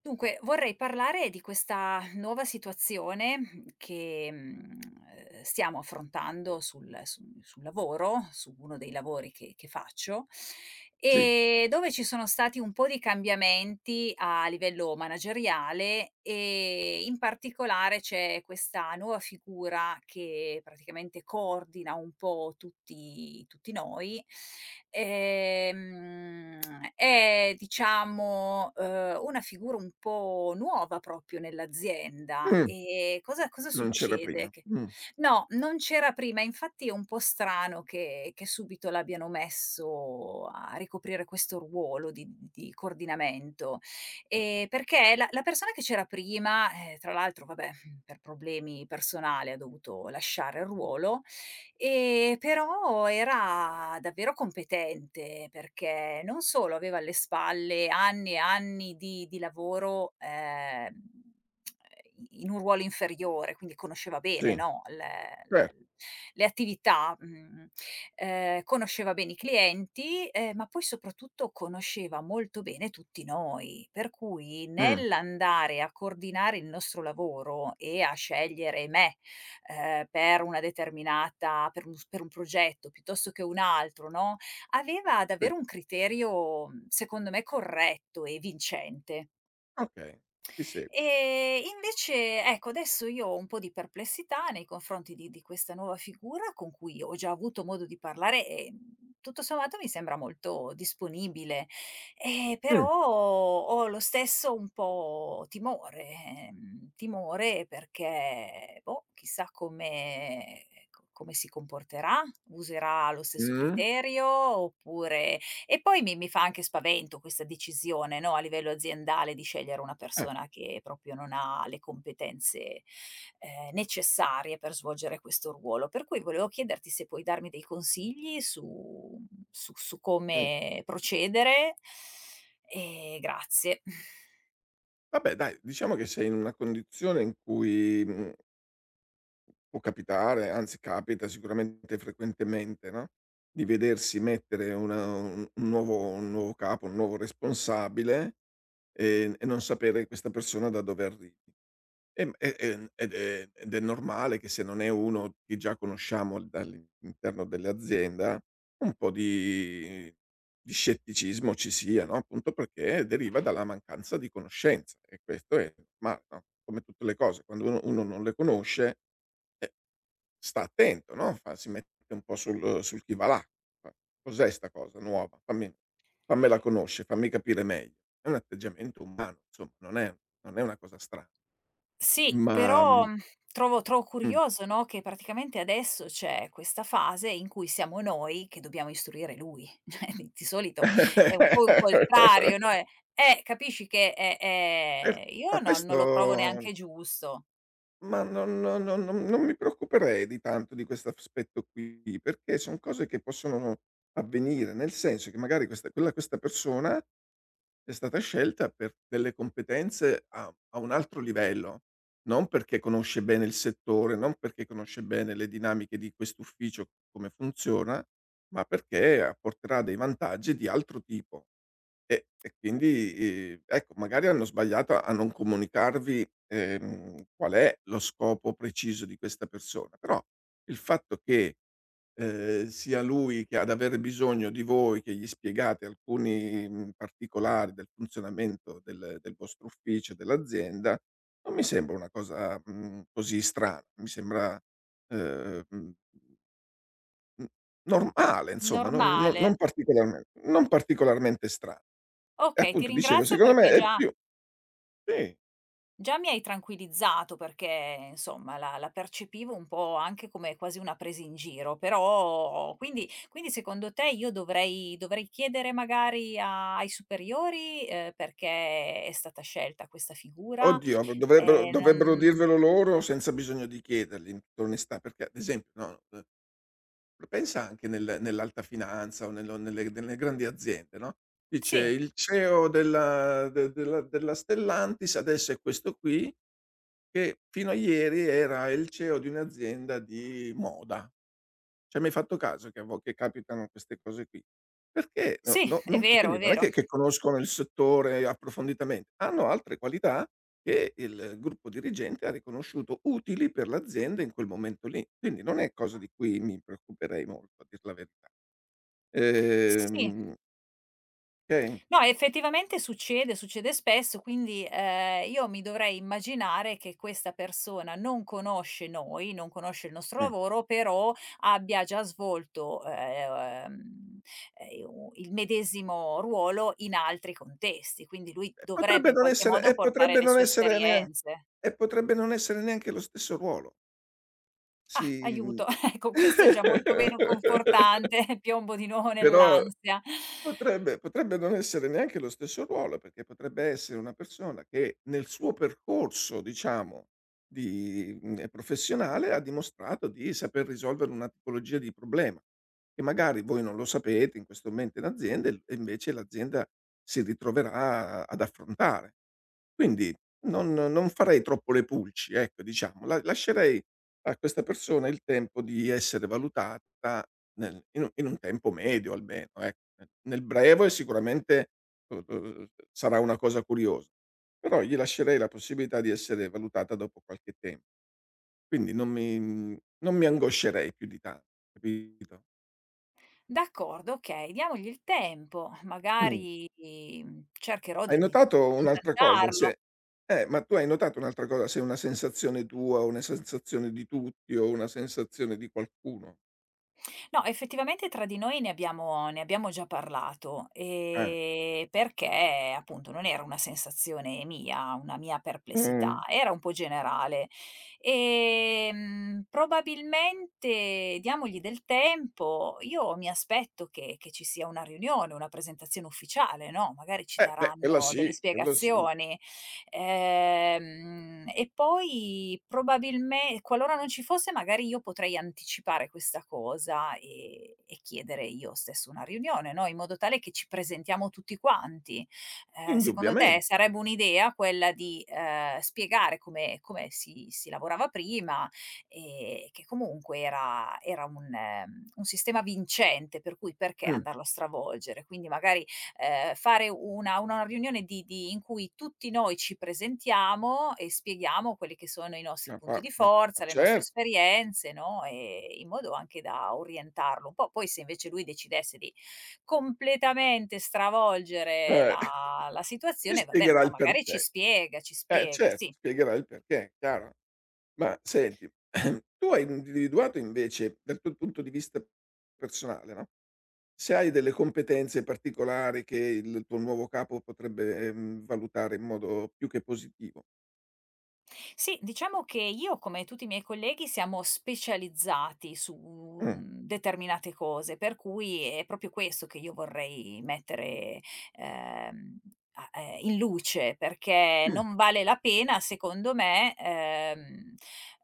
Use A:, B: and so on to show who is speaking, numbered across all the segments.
A: Dunque, vorrei parlare di questa nuova situazione che, stiamo affrontando sul lavoro, su uno dei lavori che faccio,
B: Sì.
A: dove ci sono stati un po' di cambiamenti a livello manageriale e in particolare c'è questa nuova figura che praticamente coordina un po' tutti noi, ehm, è diciamo, una figura un po' nuova proprio nell'azienda.
B: Mh,
A: E cosa
B: Non c'era
A: succede?
B: prima.
A: Che no, non c'era prima, infatti è un po' strano che subito l'abbiano messo a ricoprire questo ruolo di coordinamento. Perché la persona che c'era prima, tra l'altro vabbè, per problemi personali ha dovuto lasciare il ruolo, però era davvero competente, perché non solo aveva alle spalle anni e anni di lavoro, i in un ruolo inferiore, quindi conosceva bene,
B: Sì,
A: no, l la
B: cer
A: le attività, mhmm conosceva bene i clienti, ma poi soprattutto conosceva molto bene tutti noi, per cui
B: mh,
A: nell'andare a coordinare il nostro lavoro e a scegliere me, per una determinata per un s per un progetto piuttosto che un altro, no, aveva
B: sì.
A: davvero un criterio, secondo me corretto e vincente.
B: Okay, ti seguo.
A: Invece, ecco, adesso io ho un po' di perplessità nei confronti di questa nuova figura con cui ho già avuto modo di parlare e, tutto sommato mi sembra molto disponibile, però
B: Mh,
A: ho lo stesso un po' timore, timore perché, boh, chissà come si comporterà, userà lo stesso
B: mh.
A: criterio oppure e poi mi fa anche spavento questa decisione, no, a livello aziendale di scegliere una
B: Eh,
A: persona che proprio non ha le competenze, necessarie per svolgere questo ruolo. Per cui volevo chiederti se puoi darmi dei consigli su su
B: mh.
A: come procedere e grazie.
B: Vabbè dai, diciamo che sei in una condizione in cui, può capitare, anzi capita sicuramente frequentemente, no, di vedersi mettere una un nuovo capo, un nuovo responsabile, e non sapere questa persona da dove arrivi. E ed è normale che se non è uno che già conosciamo dall'interno dell'azienda, un po' di scetticismo ci sia, no, appunto perché deriva dalla mancanza di conoscenza e questo è normale, no, come tutte le cose quando uno non le conosce, eh, sta attento, no, fa si mette un po' sul chi va là, fa: "Cos'è 'sta cosa nuova? Fammi fammela conoscere, fammi capire meglio." È un atteggiamento umano insomma, non è una cosa strana.
A: Sì,
B: Ma,
A: però,
B: mhmm
A: trovo
B: Mh.
A: curioso, no, che praticamente adesso c'è questa fase in cui siamo noi che dobbiamo istruire lui. Cioè, di solito è un po' il contrario, no, capisci che è
B: Per
A: è
B: ma
A: io
B: questo
A: non lo trovo neanche giusto.
B: ma non non non non non mi preoccuperei di tanto di questo aspetto qui, perché son cose che possono avvenire, nel senso che magari questa persona è stata scelta per delle competenze a un altro livello, non perché conosce bene il settore, non perché conosce bene le dinamiche di quest'ufficio, come funziona, ma perché apporterà dei vantaggi di altro tipo. E quindi, ecco, magari hanno sbagliato a non comunicarvi, qual è lo scopo preciso di questa persona, però il fatto che, sia lui che ad avere bisogno di voi che gli spiegate alcuni, particolari del funzionamento del vostro ufficio, dell'azienda, non mi sembra una cosa, così strana. Mi sembra, ehm Mh, normale insomma,
A: Normale.
B: non particolarmente strano. E
A: Okay, ti
B: appunto dicevo
A: ringrazio
B: secondo me
A: perché
B: è
A: già
B: più sì,
A: già mi hai tranquillizzato perché insomma la percepivo un po' anche come quasi una presa in giro, però quindi secondo te io dovrei chiedere magari a ai superiori, perché è stata scelta questa figura?
B: oddio v dovrebbero dovrebbero
A: Non
B: dirvelo loro senza bisogno di chiedergli in tutta onestà, perché ad esempio no, pensa anche nel nell'alta finanza o nello nelle nelle grandi aziende, no, dice:
A: Sì,
B: "Il CEO della de della della Stellantis adesso è questo qui, che fino a ieri era il CEO di un'azienda di moda". Ci hai mai fatto caso che a vo che capitano queste cose qui? Perché no
A: sì,
B: no
A: è
B: non
A: vero,
B: quindi
A: è
B: non è
A: vero.
B: che conoscono il settore approfonditamente, hanno altre qualità che il gruppo dirigente ha riconosciuto utili per l'azienda in quel momento lì. Quindi non è cosa di cui mi preoccuperei molto, a dir la verità.
A: Sì.
B: Ehm, okay?
A: No, effettivamente succede, succede spesso, quindi, io mi dovrei immaginare che questa persona non conosce noi, non conosce il nostro
B: Mh.
A: lavoro, però abbia già svolto, ehm, u il medesimo ruolo in altri contesti, quindi lui
B: E
A: dovrebbe in qualche modo portare
B: potrebbe
A: le
B: non
A: sue
B: essere nean
A: esperienze.
B: e potrebbe non essere neanche lo stesso ruolo. Si
A: Ah, aiuto, ecco questo è già molto meno confortante, piombo di nuovo
B: però
A: nell'ansia.
B: potrebbe non essere neanche lo stesso ruolo, perché potrebbe essere una persona che nel suo percorso, diciamo, di professionale ha dimostrato di saper risolvere una tipologia di problema, che magari voi non lo sapete in questo momento in azienda e invece l'azienda si ritroverà ad affrontare. Quindi non farei troppo le pulci, ecco, diciamo. La lascerei a questa persona il tempo di essere valutata nel in un tempo medio almeno, ecco. Nel breve sicuramente, sarà una cosa curiosa, però gli lascerei la possibilità di essere valutata dopo qualche tempo. Quindi non mi angoscerei più di tanto, capito?
A: D'accordo, okay, diamogli il tempo,
B: Mh.
A: magari, cercherò
B: Hai
A: di
B: notato un'altra cosa?
A: contattarlo.
B: Se ma tu hai notato un'altra cosa, se è una sensazione tua, una sensazione di tutti o una sensazione di qualcuno?
A: No, effettivamente tra di noi ne abbiamo già parlato,
B: Eh.
A: perché appunto non era una sensazione mia, una mia perplessità,
B: Mh.
A: era un po' generale. Probabilmente diamogli del tempo, io mi aspetto che ci sia una riunione, una presentazione ufficiale, no, magari ci
B: Beh, quella
A: daranno delle
B: sì, quello sì,
A: spiegazioni. E poi probabilme qualora non ci fosse, magari io potrei anticipare questa cosa e chiedere io stesso una riunione, no, in modo tale che ci presentiamo tutti quanti. Secondo te
B: indubbiamen
A: sarebbe un'idea quella di, spiegare come si lavorava prima e che comunque era un sistema vincente, per cui perché andarlo a stravolgere? Quindi magari fare una riunione di in cui tutti noi ci presentiamo e spieghiamo quelli che sono i
B: Ma
A: nostri
B: pa
A: punti di
B: ma
A: forza, le
B: cer
A: nostre esperienze, no, in modo anche da orientarlo un po'. Poi se invece lui decidesse di completamente stravolgere
B: eh,
A: la
B: ti
A: situazione, vabbè,
B: spiegherà
A: ma
B: il
A: magari
B: perché.
A: ci
B: Eh
A: spiega,
B: certo,
A: sì.
B: spiegherà il perché, chiaro. Ma senti, tu hai individuato invece, dal tuo punto di vista personale, no, se hai delle competenze particolari che il tuo nuovo capo potrebbe, valutare in modo più che positivo.
A: Sì, diciamo che io, come tutti i miei colleghi, siamo specializzati su,
B: Mh,
A: determinate cose, per cui è proprio questo che io vorrei mettere, ehm, a in luce, perché
B: mh,
A: non vale la pena, secondo me, ehm,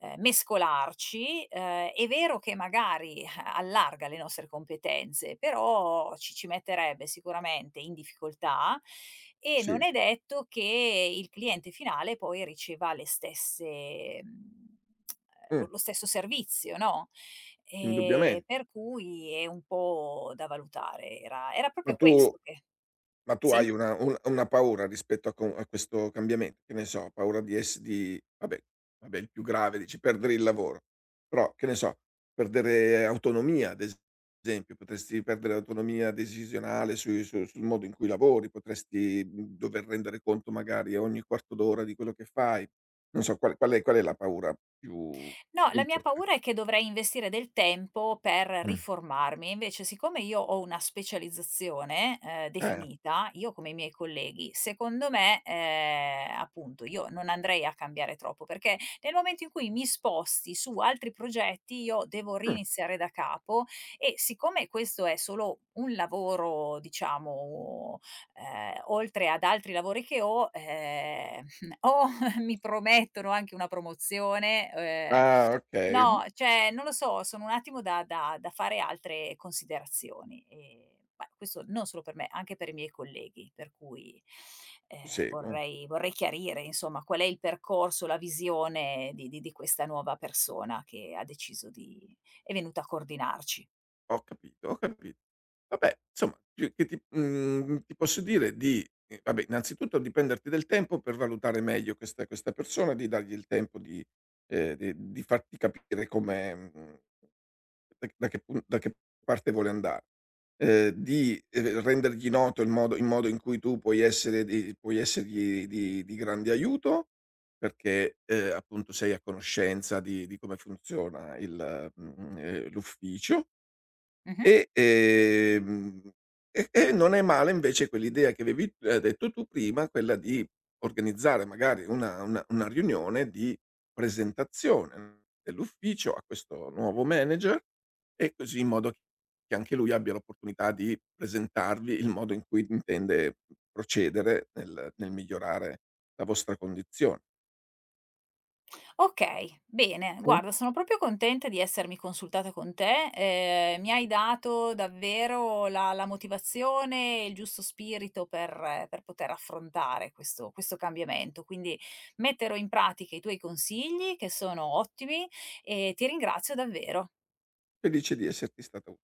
A: ehm, mescolarci. È vero che magari allarga le nostre competenze, però ci metterebbe sicuramente in difficoltà e
B: sì,
A: non è detto che il cliente finale poi riceva le stesse
B: mh,
A: lo stesso servizio, no,
B: indubbiamen
A: per cui è un po' da valutare. Era
B: ma
A: proprio
B: tu
A: questo che
B: ma tu
A: sì?
B: hai una paura rispetto a questo cambiamen che ne so, paura di ess di vabbè il più grave dici perdere il lavoro, però che ne so, perdere autonomia ad esempio, potresti perdere autonomia decisionale sui su sul modo in cui lavori, potresti, dover rendere conto magari ogni quarto d'ora di quello che fai. Non so qual è la paura più
A: No,
B: più
A: la mia
B: importa
A: paura è che dovrei investire del tempo per
B: mh,
A: riformarmi, invece siccome io ho una specializzazione,
B: eh,
A: definita, io come i miei colleghi, secondo me, appunto io non andrei a cambiare troppo, perché nel momento in cui mi sposti su altri progetti io devo
B: mh.
A: riniziare da capo e siccome questo è solo un lavoro diciamo, oltre ad altri lavori che ho, o mi promettono anche una promozione,
B: Ah okay,
A: no, cioè non lo so, sono un attimo da da fare altre considerazioni, ma questo non solo per me, anche per i miei colleghi, per cui,
B: ti seguo.
A: vorrei chiarire insomma qual è il percorso, la visione di questa nuova persona che ha deciso di è venuta a coordinarci.
B: Ho capito, ho capi Vabbè, insomma, che ti ti posso dire di vabbè, innanzitutto di prenderti del tempo per valutare meglio questa persona, di dargli il tempo di farti capire come da che parte vuole andare. Rendergli noto il modo in cui tu puoi essergli di grande aiuto, perché, appunto sei a conoscenza di come funziona il l'ufficio.
A: Mh-mh.
B: E, ehm, e non è male invece quell'idea che avevi detto tu prima, quella di organizzare magari una una riunione di presentazione dell'ufficio a questo nuovo manager e così in modo che anche lui abbia l'opportunità di presentarvi il modo in cui intende procedere nel migliorare la vostra condizione.
A: Okay, bene. Guarda, sono proprio contenta di essermi consultata con te, mi hai dato davvero la motivazione e il giusto spirito per poter affrontare questo cambiamento, quindi metterò in pratica i tuoi consigli che sono ottimi e ti ringrazio davvero.
B: Felice di esserti stata u